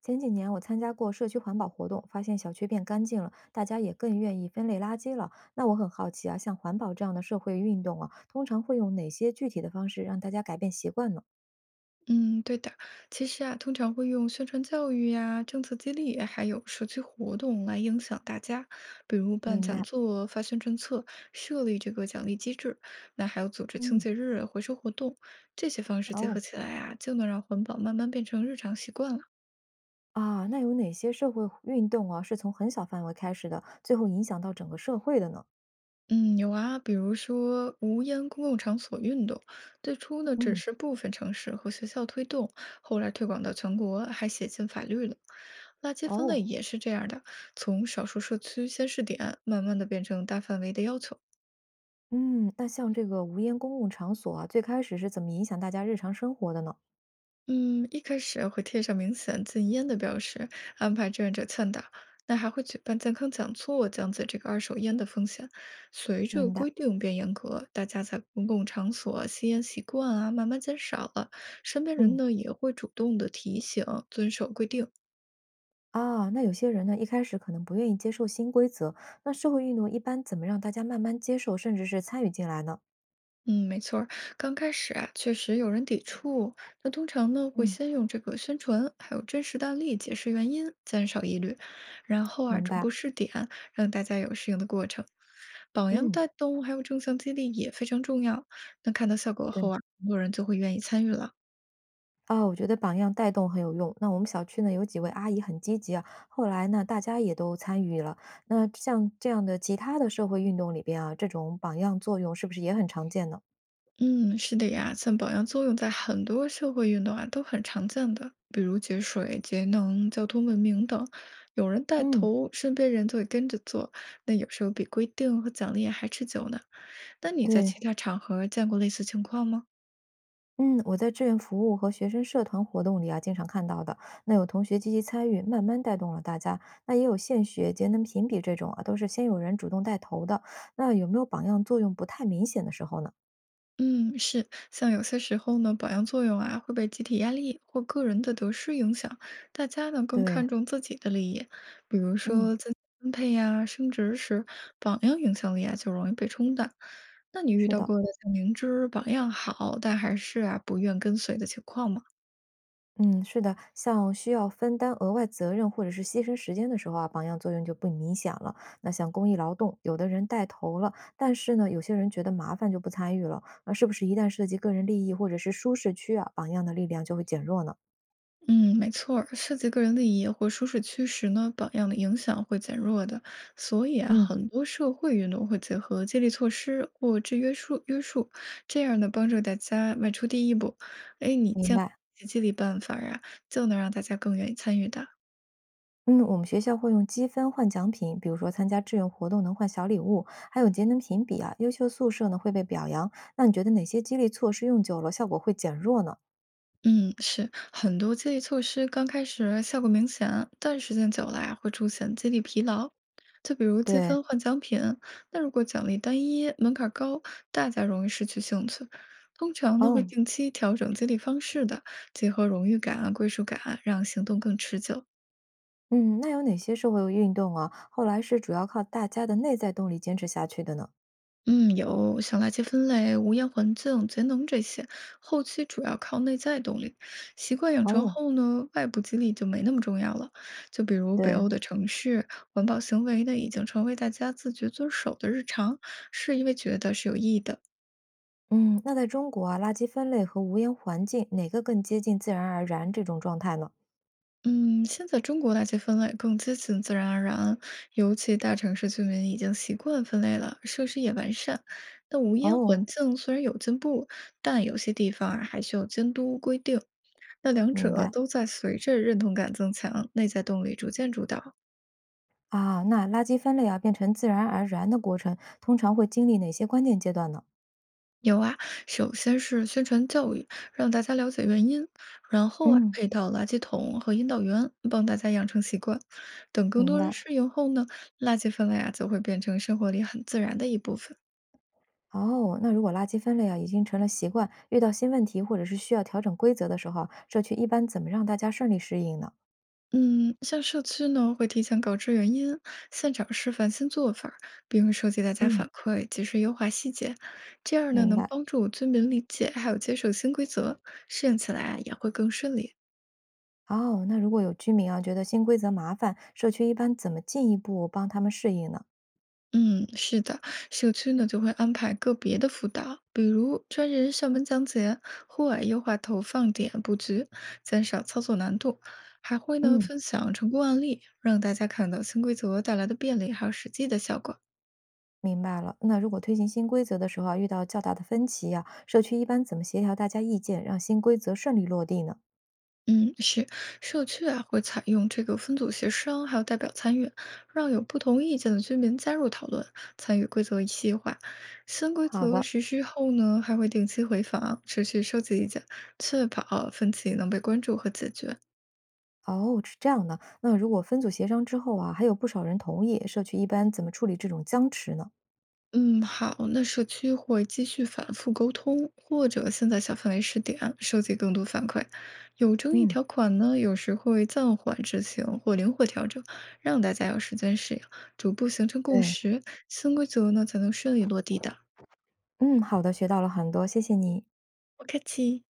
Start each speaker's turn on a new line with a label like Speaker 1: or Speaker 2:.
Speaker 1: 前几年我参加过社区环保活动，发现小区变干净了，大家也更愿意分类垃圾了。那我很好奇啊，像环保这样的社会运动啊，通常会用哪些具体的方式让大家改变习惯呢？
Speaker 2: 嗯，对的。其实啊，通常会用宣传教育呀、政策激励，还有社区活动来影响大家，比如办
Speaker 1: 明
Speaker 2: 讲
Speaker 1: 白，
Speaker 2: 座、发宣传册、设立这个奖励机制，那还有组织清
Speaker 1: 嗯，
Speaker 2: 洁日、回收活动，这些方式结
Speaker 1: 哦，
Speaker 2: 合起来啊，就能让环保慢慢变成日常习惯了。
Speaker 1: 啊，那有哪些社会运动啊，是从很小范围开始的，最后影响到整个社会的呢？
Speaker 2: 嗯，有啊，比如说无烟公共场所运动，最初呢只
Speaker 1: 嗯，
Speaker 2: 是部分城市和学校推动，后来推广到全国，还写进法律了。垃圾分类
Speaker 1: 哦，
Speaker 2: 也是这样的，从少数社区先试点，慢慢的变成大范围的要求。
Speaker 1: 嗯，那像这个无烟公共场所啊，最开始是怎么影响大家日常生活的呢？
Speaker 2: 嗯，一开始会贴上明显禁烟的标识，安排志愿者劝导，那还会举办健康讲座，讲解这个二手烟的风险。随着
Speaker 1: 明白，
Speaker 2: 规定变严格，大家在公共场所吸烟习惯啊慢慢减少了，身边人
Speaker 1: 嗯。
Speaker 2: 呢也会主动的提醒遵守规定。
Speaker 1: 啊，那有些人呢，一开始可能不愿意接受新规则，那社会运动一般怎么让大家慢慢接受，甚至是参与进来呢？
Speaker 2: 嗯，没错儿刚开始啊，确实有人抵触。那通常呢，会
Speaker 1: 嗯，
Speaker 2: 先用这个宣传，还有真实的案例解释原因，减少疑虑，然后啊，
Speaker 1: 明
Speaker 2: 逐
Speaker 1: 白，
Speaker 2: 步试点，让大家有适应的过程。榜样
Speaker 1: 嗯，
Speaker 2: 带动还有正向激励也非常重要。那看到效果
Speaker 1: 对，
Speaker 2: 后啊，很多人就会愿意参与了。
Speaker 1: 啊，我觉得榜样带动很有用。那我们小区呢，有几位阿姨很积极啊，后来呢，大家也都参与了。那像这样的其他的社会运动里边啊，这种榜样作用是不是也很常见呢？
Speaker 2: 嗯，是的呀，像榜样作用在很多社会运动啊都很常见的，比如节水、节能、交通文明等。有人带
Speaker 1: 嗯，
Speaker 2: 头，身边人就会跟着做。那有时候比规定和奖励还持久呢。那你在
Speaker 1: 对，
Speaker 2: 其他场合见过类似情况吗？
Speaker 1: 嗯，我在志愿服务和学生社团活动里啊，经常看到的。那有同学积极参与，慢慢带动了大家。那也有献血、节能评比这种啊，都是先有人主动带头的。那有没有榜样作用不太明显的时候呢？
Speaker 2: 嗯，是，像有些时候呢，榜样作用啊会被集体压力或个人的得失影响，大家呢更
Speaker 1: 对，
Speaker 2: 看重自己的利益，比如
Speaker 1: 嗯，
Speaker 2: 说资金分配呀、升职时，榜样影响力啊就容易被冲淡。那你遇
Speaker 1: 是
Speaker 2: 到
Speaker 1: 的，
Speaker 2: 过的像明知榜样好，但还是啊不愿跟随的情况吗？
Speaker 1: 嗯，是的，像需要分担额外责任或者是牺牲时间的时候啊，榜样作用就不明显了。那像公益劳动，有的人带头了，但是呢，有些人觉得麻烦就不参与了。那是不是一旦涉及个人利益或者是舒适区啊，榜样的力量就会减弱呢？
Speaker 2: 嗯，没错儿，涉及个人利益或舒适区时呢，榜样的影响会减弱的。所以啊，
Speaker 1: 嗯。
Speaker 2: 很多社会运动会结合激励措施或制约束约束，这样呢，帮助大家迈出第一步。哎，你
Speaker 1: 明
Speaker 2: 见过
Speaker 1: 白。
Speaker 2: 这些激励办法呀，就能让大家更愿意参与的。
Speaker 1: 嗯，我们学校会用积分换奖品，比如说参加志愿活动能换小礼物，还有节能评比啊。优秀宿舍呢会被表扬。那你觉得哪些激励措施用久了效果会减弱呢？
Speaker 2: 嗯，是很多激励措施刚开始效果明显，但时间久了呀，会出现激励疲劳。就比如积
Speaker 1: 对，
Speaker 2: 分换奖品，那如果奖励单一，门槛儿高，大家容易失去兴趣。通常呢，会
Speaker 1: 哦，
Speaker 2: 定期调整激励方式的，结合荣誉感啊、归属感啊让行动更持久。
Speaker 1: 嗯，那有哪些社会运动啊？后来是主要靠大家的内在动力坚持下去的呢？
Speaker 2: 嗯，有像垃圾分类、无烟环境、节能这些，后期主要靠内在动力。习惯养成
Speaker 1: 哦，
Speaker 2: 后呢，外部激励就没那么重要了。就比如北
Speaker 1: 对，
Speaker 2: 欧的城市，环保行为呢已经成为大家自觉遵守的日常，是因为觉得是有意义的。
Speaker 1: 嗯，那在中国啊，垃圾分类和无烟环境哪个更接近自然而然这种状态呢？
Speaker 2: 嗯，现在中国垃圾分类更接近自然而然，尤其大城市居民已经习惯分类了，设施也完善。那无烟
Speaker 1: 哦，
Speaker 2: 环境虽然有进步，但有些地方啊还需要监督规定。那两
Speaker 1: 明
Speaker 2: 者
Speaker 1: 白。
Speaker 2: 都在随着认同感增强，内在动力逐渐主导。
Speaker 1: 啊，那垃圾分类啊，变成自然而然的过程，通常会经历哪些关键阶段呢？
Speaker 2: 有啊，首先是宣传教育，让大家了解原因，然后啊，
Speaker 1: 嗯，
Speaker 2: 配套垃圾桶和引导员，帮大家养成习惯。等更
Speaker 1: 明
Speaker 2: 多人
Speaker 1: 白。
Speaker 2: 适应后呢，垃圾分类啊，就会变成生活里很自然的一部分。
Speaker 1: 哦，那如果垃圾分类啊已经成了习惯，遇到新问题或者是需要调整规则的时候啊社区一般怎么让大家顺利适应呢？
Speaker 2: 嗯，像社区呢，会提前告知原因，现场示范新做法儿，并收集大家
Speaker 1: 嗯，
Speaker 2: 反馈，及时优化细节。这样呢，
Speaker 1: 明
Speaker 2: 能
Speaker 1: 白。
Speaker 2: 帮助居民理解，还有接受新规则，适应起来啊也会更顺利。
Speaker 1: 哦，那如果有居民啊觉得新规则麻烦，社区一般怎么进一步帮他们适应呢？
Speaker 2: 嗯，是的，社区呢就会安排个别的辅导，比如专人上门讲解，户外优化投放点布局，减少操作难度，还会呢
Speaker 1: 嗯，
Speaker 2: 分享成功案例，让大家看到新规则带来的便利还有实际的效果。
Speaker 1: 明白了。那如果推行新规则的时候啊，遇到较大的分歧啊，社区一般怎么协调大家意见，让新规则顺利落地呢？
Speaker 2: 嗯，是社区啊，会采用这个分组协商，还有代表参与，让有不同意见的居民加入讨论，参与规则一细化。新规
Speaker 1: 好
Speaker 2: 则
Speaker 1: 的，
Speaker 2: 实施后呢，还会定期回访，持续收集意见，确保分歧能被关注和解决。
Speaker 1: 哦，是这样的。那如果分组协商之后啊，还有不少人同意，社区一般怎么处理这种僵持呢？
Speaker 2: 嗯，好，那社区会继续反复沟通，或者先在小范围试点，收集更多反馈。有争议
Speaker 1: 嗯，
Speaker 2: 条款呢，有时会暂缓执行或灵活调整，让大家有时间适应，逐步形成共
Speaker 1: 对。
Speaker 2: 识。新规则呢，才能顺利落地的。
Speaker 1: 嗯，好的，学到了很多，谢谢你。
Speaker 2: 不客气。